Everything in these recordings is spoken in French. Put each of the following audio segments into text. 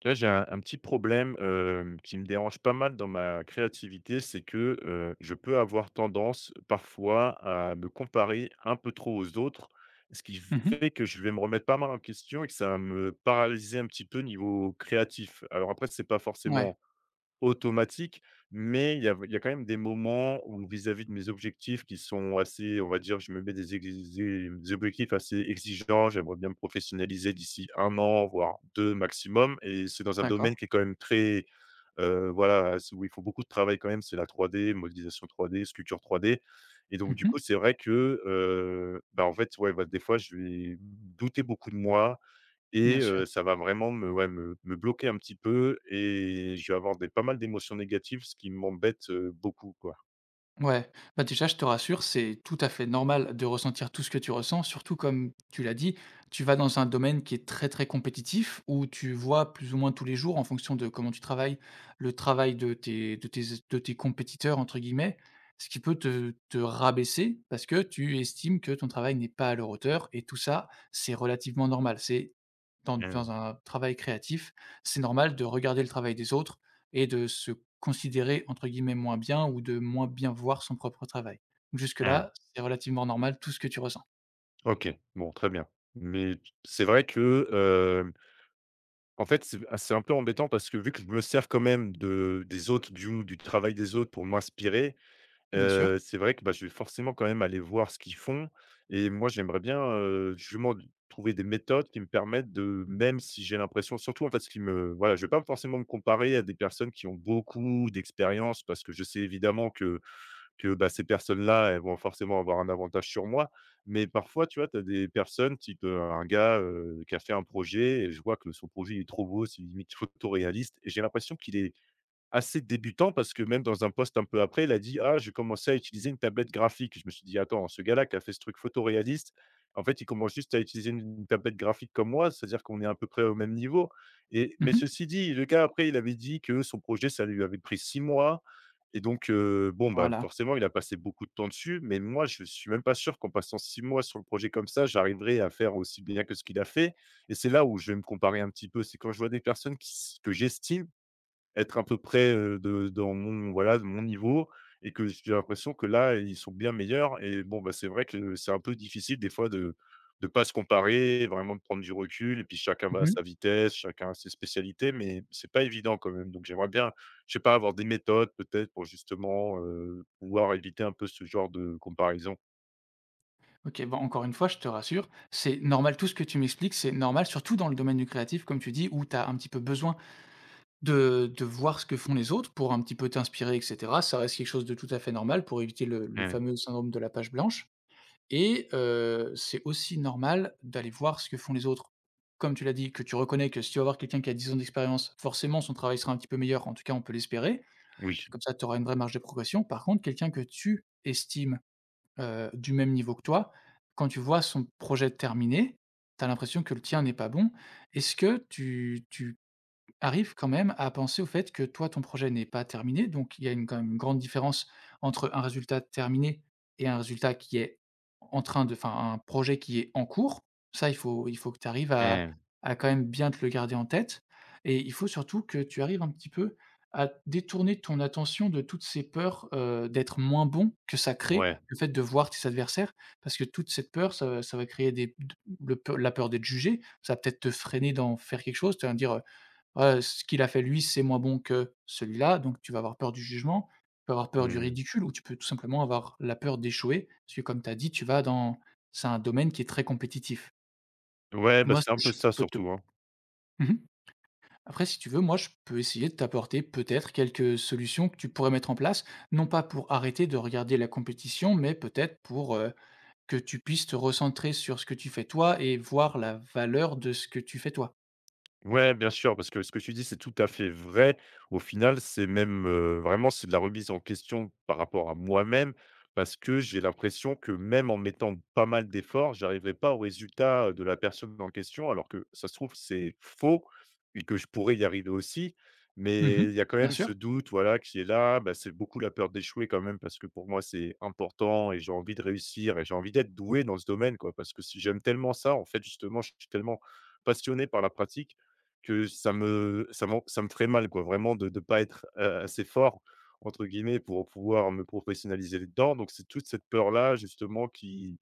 Tu vois, j'ai un petit problème qui me dérange pas mal dans ma créativité, c'est que je peux avoir tendance parfois à me comparer un peu trop aux autres, ce qui Mmh mh. fait que je vais me remettre pas mal en question et que ça va me paralyser un petit peu niveau créatif. Alors après, c'est pas Ouais, forcément automatique, mais il y a quand même des moments où vis-à-vis de mes objectifs qui sont assez, on va dire, je me mets des objectifs assez exigeants. J'aimerais bien me professionnaliser d'ici un an, voire 2 maximum, et c'est dans un d'accord. domaine qui est quand même très, voilà, c'est où il faut beaucoup de travail quand même, c'est la 3D, modélisation 3D, sculpture 3D. Et donc Mmh du mh. coup, c'est vrai que, en fait, ouais, bah, des fois, je vais douter beaucoup de moi. Et Bien sûr. Ça va vraiment me ouais, me bloquer un petit peu et je vais avoir des pas mal d'émotions négatives, ce qui m'embête, beaucoup, quoi. Ouais. Bah, déjà, je te rassure, c'est tout à fait normal de ressentir tout ce que tu ressens, surtout comme tu l'as dit, tu vas dans un domaine qui est très, très compétitif où tu vois plus ou moins tous les jours en fonction de comment tu travailles, le travail de tes «compétiteurs» entre guillemets, ce qui peut te rabaisser parce que tu estimes que ton travail n'est pas à leur hauteur et tout ça, c'est relativement normal. C'est dans Mmh. dans un travail créatif, c'est normal de regarder le travail des autres et de se considérer entre guillemets «moins bien» ou de moins bien voir son propre travail. Mmh. Jusque-là, c'est relativement normal tout ce que tu ressens. OK, bon, très bien. Mais t c'est vrai que, hem, en fait, c'est ah, c'est un peu embêtant parce que vu que je me sers quand même de des autres, du travail des autres pour m'inspirer. Bien sûr. C'est vrai que, bah, je vais forcément quand même aller voir ce qu'ils font, et moi j'aimerais bien, justement trouver des méthodes qui me permettent de, même si j'ai l'impression, surtout en fait ce qui me voilà, je vais pas forcément me comparer à des personnes qui ont beaucoup d'expérience parce que je sais évidemment que, bah, ces personnes-là, elles vont forcément avoir un avantage sur moi. Mais parfois, tu vois, tu as des personnes type, un gars, qui a fait un projet et je vois que son projet il est trop beau, c'est limite photoréaliste, et j'ai l'impression qu'il est assez débutant parce que même dans un post un peu après, il a dit: «Ah, j'ai commencé à utiliser une tablette graphique». Je me suis dit: «Attends, ce gars-là qui a fait ce truc photoréaliste, en fait, il commence juste à utiliser une tablette graphique comme moi, c'est-à-dire qu'on est à peu près au même niveau». Et mais Mmh. ceci dit, le gars après, il avait dit que son projet, ça lui avait pris 6 mois, et donc bon, bah, Voilà. forcément, il a passé beaucoup de temps dessus. Mais moi, je suis même pas sûr qu'en passant 6 mois sur le projet comme ça, j'arriverai à faire aussi bien que ce qu'il a fait, et c'est là où je vais me comparer un petit peu. C'est quand je vois des personnes qui s que j'estime être à peu près, de dans mon voilà, de mon niveau, et que j'ai l'impression que là, ils sont bien meilleurs, et bon, bah, c'est vrai que c'est un peu difficile des fois de pas se comparer, vraiment de prendre du recul, et puis chacun va à Mmh. sa vitesse, chacun a ses spécialités, mais c'est pas évident quand même. Donc j'aimerais bien, je sais pas, avoir des méthodes peut-être pour justement, pouvoir éviter un peu ce genre de comparaison. OK, bon, encore une fois, je te rassure, c'est normal tout ce que tu m'expliques, c'est normal, surtout dans le domaine du créatif, comme tu dis, où tu as un petit peu besoin de voir ce que font les autres pour un petit peu t'inspirer et cetera. Ça reste quelque chose de tout à fait normal pour éviter le Mmh. fameux syndrome de la page blanche. Et c'est aussi normal d'aller voir ce que font les autres. Comme tu l'as dit, que tu reconnais que si tu vas voir quelqu'un qui a 10 ans d'expérience, forcément son travail sera un petit peu meilleur, en tout cas on peut l'espérer. Oui. C'est comme ça, tu auras une vraie marge de progression. Par contre, quelqu'un que tu estimes, du même niveau que toi, quand tu vois son projet terminé, tu as l'impression que le tien n'est pas bon. Est-ce que tu arrive quand même à penser au fait que toi, ton projet n'est pas terminé, donc il y a une quand même une grande différence entre un résultat terminé et un résultat qui est en train de enfin, un projet qui est en cours. Ça, il faut que tu arrives à Mmh. à quand même bien te le garder en tête et il faut surtout que tu arrives un petit peu à détourner ton attention de toutes ces peurs, d'être moins bon que ça crée, Ouais. le fait de voir tes adversaires. Parce que toute cette peur, ça va créer des le peu la peur d'être jugé, ça va peut-être te freiner d'en faire quelque chose, tu vas me dire, ce qu'il a fait lui, c'est moins bon que celui-là, donc tu vas avoir peur du jugement, tu peux avoir peur du Mmh. ridicule ou tu peux tout simplement avoir la peur d'échouer, parce que comme tu as dit, tu vas dans c'est un domaine qui est très compétitif. Ouais, bah, Moi, ce c'est un que peu je ça peux te. surtout, hein. mmh Après, si tu veux, moi, je peux essayer de t'apporter peut-être quelques solutions que tu pourrais mettre en place, non pas pour arrêter de regarder la compétition, mais peut-être pour, que tu puisses te recentrer sur ce que tu fais toi et voir la valeur de ce que tu fais toi. Ouais, bien sûr, parce que ce que tu dis, c'est tout à fait vrai. Au final, c'est même vraiment c'est de la remise en question par rapport à moi-même, parce que j'ai l'impression que même en mettant pas mal d'efforts, j'arriverai pas au résultat de la personne en question, alors que ça se trouve, c'est faux et que je pourrais y arriver aussi. Mais Mmh. il y a quand Bien même sûr, ce doute, voilà, qui est là. Bah, c'est beaucoup la peur d'échouer quand même, parce que pour moi, c'est important et j'ai envie de réussir et j'ai envie d'être doué dans ce domaine, quoi, parce que si j'aime tellement ça, en fait, justement, je suis tellement passionné par la pratique que ça me ferait mal quoi, vraiment de pas être, assez «fort» entre guillemets pour pouvoir me professionnaliser dedans. Donc c'est toute cette peur-là justement qui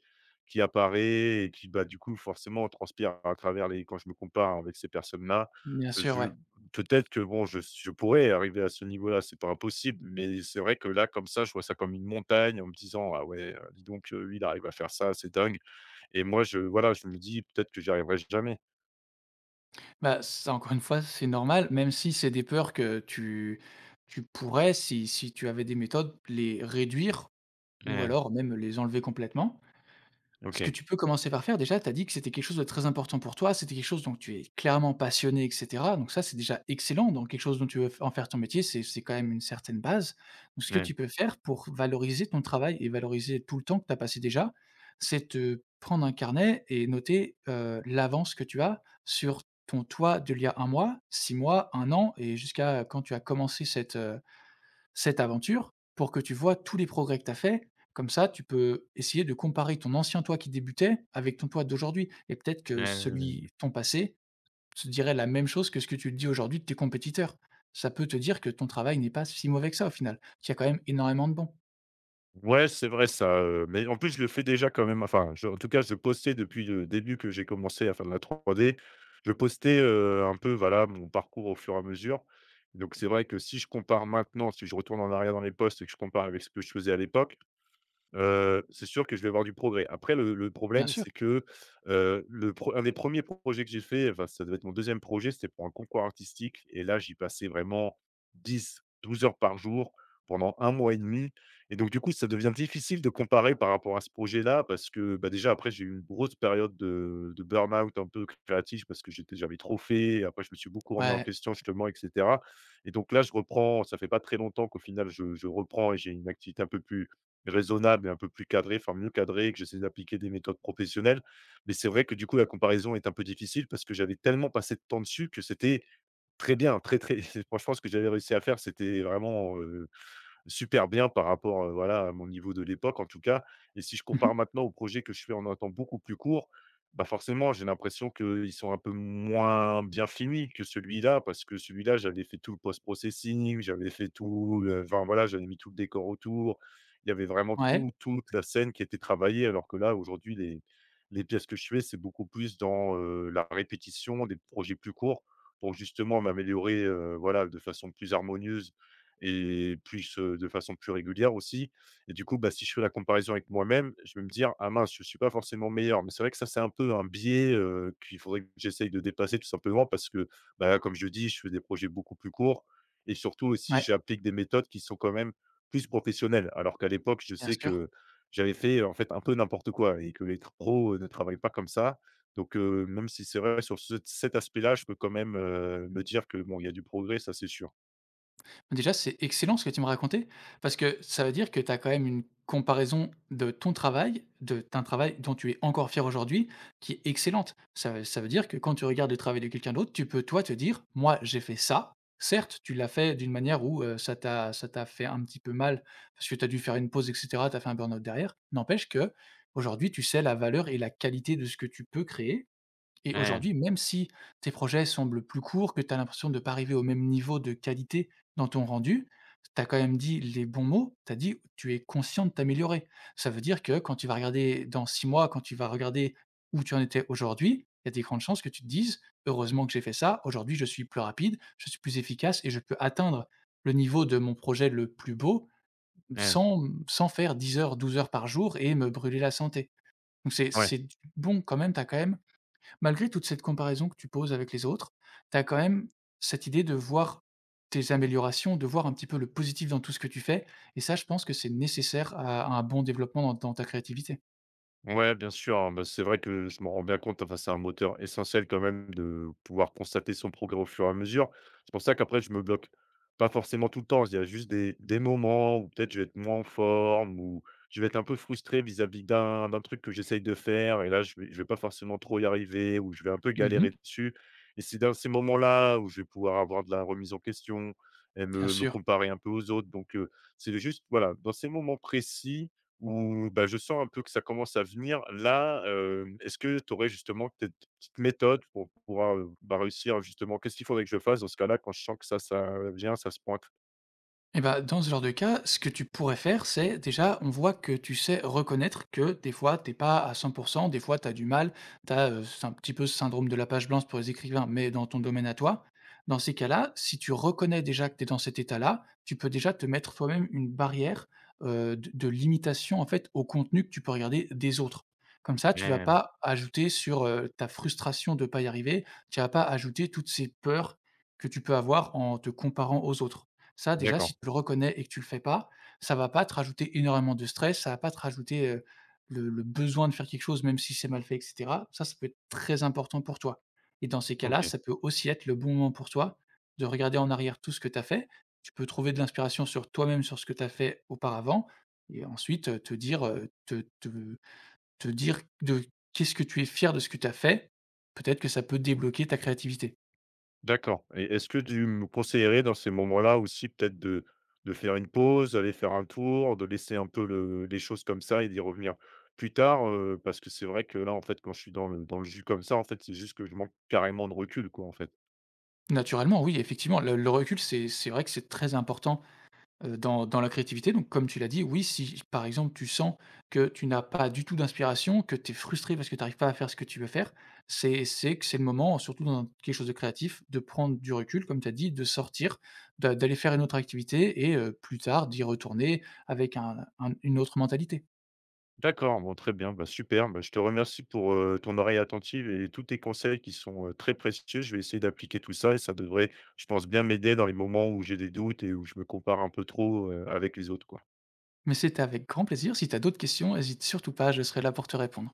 qui apparaît et qui, bah, du coup forcément transpire à travers les, quand je me compare avec ces personnes-là, bien sûr, je ouais. peut-être que bon je pourrais arriver à ce niveau-là, c'est pas impossible, mais c'est vrai que là comme ça, je vois ça comme une montagne en me disant: «Ah ouais, dis donc, lui il arrive à faire ça, c'est dingue» et moi je voilà, je me dis: «Peut-être que j'y arriverai jamais». Bah, ça encore une fois, c'est normal, même si c'est des peurs que tu pourrais, si tu avais des méthodes, les réduire ou Ouais, alors même les enlever complètement. Ce que OK, tu peux commencer par faire déjà, tu as dit que c'était quelque chose de très important pour toi, c'était quelque chose dont tu es clairement passionné et cetera, donc ça, c'est déjà excellent, donc quelque chose dont tu veux f en faire ton métier, c'est quand même une certaine base. Donc ce que ouais. tu peux faire pour valoriser ton travail et valoriser tout le temps que tu as passé déjà, c'est te prendre un carnet et noter, l'avance que tu as sur ton toi d'il y a un mois, 6 mois, un an et jusqu'à quand tu as commencé cette, cette aventure pour que tu vois tous les progrès que tu as faits. Comme ça, tu peux essayer de comparer ton ancien toi qui débutait avec ton toi d'aujourd'hui. Et peut-être que celui, Heu, ton passé, te dirait la même chose que ce que tu te dis aujourd'hui de tes compétiteurs. Ça peut te dire que ton travail n'est pas si mauvais que ça au final, qu'il y a quand même énormément de bons. ouais, c'est vrai ça, mais en plus, je le fais déjà quand même, enfin, je en tout cas, je postais depuis le début que j'ai commencé à faire de la 3D. Je postais, un peu, voilà, mon parcours au fur et à mesure. Donc c'est vrai que si je compare maintenant, si je retourne en arrière dans les posts et que je compare avec ce que je faisais à l'époque, c'est sûr que je vais avoir du progrès. Après le Bien problème, sûr. c'est que, le pre un des premiers projets que j'ai fait, enfin, ça devait être mon deuxième projet, c'était pour un concours artistique et là, j'y passais vraiment 10, 12 heures par jour pendant un mois et demi. Et donc du coup, ça devient difficile de comparer par rapport à ce projet-là parce que, bah, déjà après, j'ai eu une grosse période de burn-out un peu créatif parce que j'avais trop fait. Après, je me suis beaucoup remis en Ouais. question justement, et cetera, et donc là, je reprends, ça fait pas très longtemps qu'au final je reprends et j'ai une activité un peu plus raisonnable et un peu plus cadré, enfin mieux cadrés et que j'essaie d'appliquer des méthodes professionnelles. Mais c'est vrai que du coup, la comparaison est un peu difficile parce que j'avais tellement passé de temps dessus que c'était très bien, très, très franchement, ce que j'avais réussi à faire, c'était vraiment, super bien par rapport, voilà, à mon niveau de l'époque en tout cas, et si je Mmh. compare maintenant aux projets que je fais en un temps beaucoup plus court, bah, forcément j'ai l'impression qu'ils sont un peu moins bien finis que celui-là parce que celui-là j'avais fait tout le post processing, j'avais fait tout le enfin voilà, j'avais mis tout le décor autour. Il y avait vraiment Ouais, toute la scène qui était travaillée alors que là aujourd'hui les pièces que je fais, c'est beaucoup plus dans, la répétition, des projets plus courts pour justement m'améliorer, voilà, de façon plus harmonieuse et plus, de façon plus régulière aussi, et du coup, bah, si je fais la comparaison avec moi-même, je vais me dire: «Ah mince, je suis pas forcément meilleur». Mais c'est vrai que ça, c'est un peu un biais, qu'il faudrait que j'essaye de dépasser tout simplement parce que, bah, comme je dis, je fais des projets beaucoup plus courts et surtout aussi, ouais, j'applique des méthodes qui sont quand même plus professionnelles. Alors qu'à l'époque, je bien sais sûr. que j'avais fait, en fait, un peu n'importe quoi et que les pros, ne travaillent pas comme ça. Donc même si c'est vrai sur cet aspect-là, je peux quand même, me dire que bon, il y a du progrès, ça c'est sûr. Déjà, c'est excellent ce que tu me racontais, parce que ça veut dire que tu as quand même une comparaison de ton travail, de d'un travail dont tu es encore fier aujourd'hui, qui est excellente. Ça veut dire que quand tu regardes le travail de quelqu'un d'autre, tu peux, toi, te dire: «Moi, j'ai fait ça». Certes, tu l'as fait d'une manière où, ça t'a fait un petit peu mal, parce que tu as dû faire une pause et cetera, tu as fait un burn-out derrière. N'empêche que aujourd'hui, tu sais la valeur et la qualité de ce que tu peux créer et Ouais, aujourd'hui, même si tes projets semblent plus courts, que tu as l'impression de pas arriver au même niveau de qualité dans ton rendu, tu as quand même dit les bons mots, tu as dit: «Tu es conscient de t'améliorer». Ça veut dire que quand tu vas regarder dans 6 mois, quand tu vas regarder où tu en étais aujourd'hui, il y a des grandes chances que tu te dises: «Heureusement que j'ai fait ça, aujourd'hui je suis plus rapide, je suis plus efficace et je peux atteindre le niveau de mon projet le plus beau ouais, ouais. sans faire 10 heures, 12 heures par jour et me brûler la santé». Donc c'est Ouais. c'est du bon quand même, tu as quand même. Malgré toute cette comparaison que tu poses avec les autres, tu as quand même cette idée de voir tes améliorations, de voir un petit peu le positif dans tout ce que tu fais et ça, je pense que c'est nécessaire à un bon développement dans ta créativité. Ouais, bien sûr, hein, bah, c'est vrai que je m'en rends bien compte, enfin, c'est un moteur essentiel quand même de pouvoir constater son progrès au fur et à mesure. C'est pour ça qu'après je me bloque pas forcément tout le temps, il y a juste des moments où peut-être je vais être moins en forme ou je vais être un peu frustré vis-à-vis d'un truc que j'essaye de faire et là je vais pas forcément trop y arriver ou je vais un peu galérer Mmh. dessus, et c'est dans ces moments-là où je vais pouvoir avoir de la remise en question et Bien me sûr. comparer un peu aux autres donc c'est juste voilà, dans ces moments précis, ou bah, je sens un peu que ça commence à venir, là, est-ce que tu aurais justement peut-être des petites méthodes pour pouvoir, bah, réussir justement? Qu'est-ce qu'il faudrait que je fasse dans ce cas-là quand je sens que ça vient, ça se pointe? Et ben dans ce genre de cas, ce que tu pourrais faire, c'est déjà, on voit que tu sais reconnaître que des fois, t'es pas à 100%, des fois, tu as du mal, tu as un petit peu ce syndrome de la page blanche pour les écrivains, mais dans ton domaine à toi. Dans ces cas-là, si tu reconnais déjà que tu es dans cet état-là, tu peux déjà te mettre toi-même une barrière de limitation en fait au contenu que tu peux regarder des autres. Comme ça, tu vas Mmh, pas ajouter sur ta frustration de pas y arriver, tu vas pas ajouter toutes ces peurs que tu peux avoir en te comparant aux autres. Ça déjà, d'accord. si tu le reconnais et que tu le fais pas, ça va pas te rajouter énormément de stress, ça va pas te rajouter, le besoin de faire quelque chose même si c'est mal fait et cetera. Ça peut être très important pour toi et dans ces cas-là, OK, ça peut aussi être le bon moment pour toi de regarder en arrière tout ce que tu as fait. Tu peux trouver de l'inspiration sur toi-même, sur ce que tu as fait auparavant et ensuite, te dire de qu'est-ce que tu es fier de ce que tu as fait, peut-être que ça peut débloquer ta créativité. d'accord, et est-ce que tu me conseillerais dans ces moments-là aussi peut-être de faire une pause, d'aller faire un tour, de laisser un peu le les choses comme ça et d'y revenir plus tard? Parce que c'est vrai que là, en fait, quand je suis dans le jus comme ça, en fait, c'est juste que je manque carrément de recul, quoi, en fait. Naturellement, oui, effectivement, le recul, c'est vrai que c'est très important. Dans la créativité, donc comme tu l'as dit, oui, si par exemple tu sens que tu n'as pas du tout d'inspiration, que tu es frustré parce que tu n'arrives pas à faire ce que tu veux faire, c'est que c'est le moment, surtout dans quelque chose de créatif, de prendre du recul, comme tu as dit, de sortir, d'aller faire une autre activité et plus tard d'y retourner avec un une autre mentalité. D'accord, bon très bien, bah, super, bah, je te remercie pour, ton oreille attentive et tous tes conseils qui sont, très précieux. Je vais essayer d'appliquer tout ça et ça devrait, je pense, bien m'aider dans les moments où j'ai des doutes et où je me compare un peu trop, avec les autres, quoi. Mais c'était avec grand plaisir. Si tu as d'autres questions, hésite surtout pas, je serai là pour te répondre.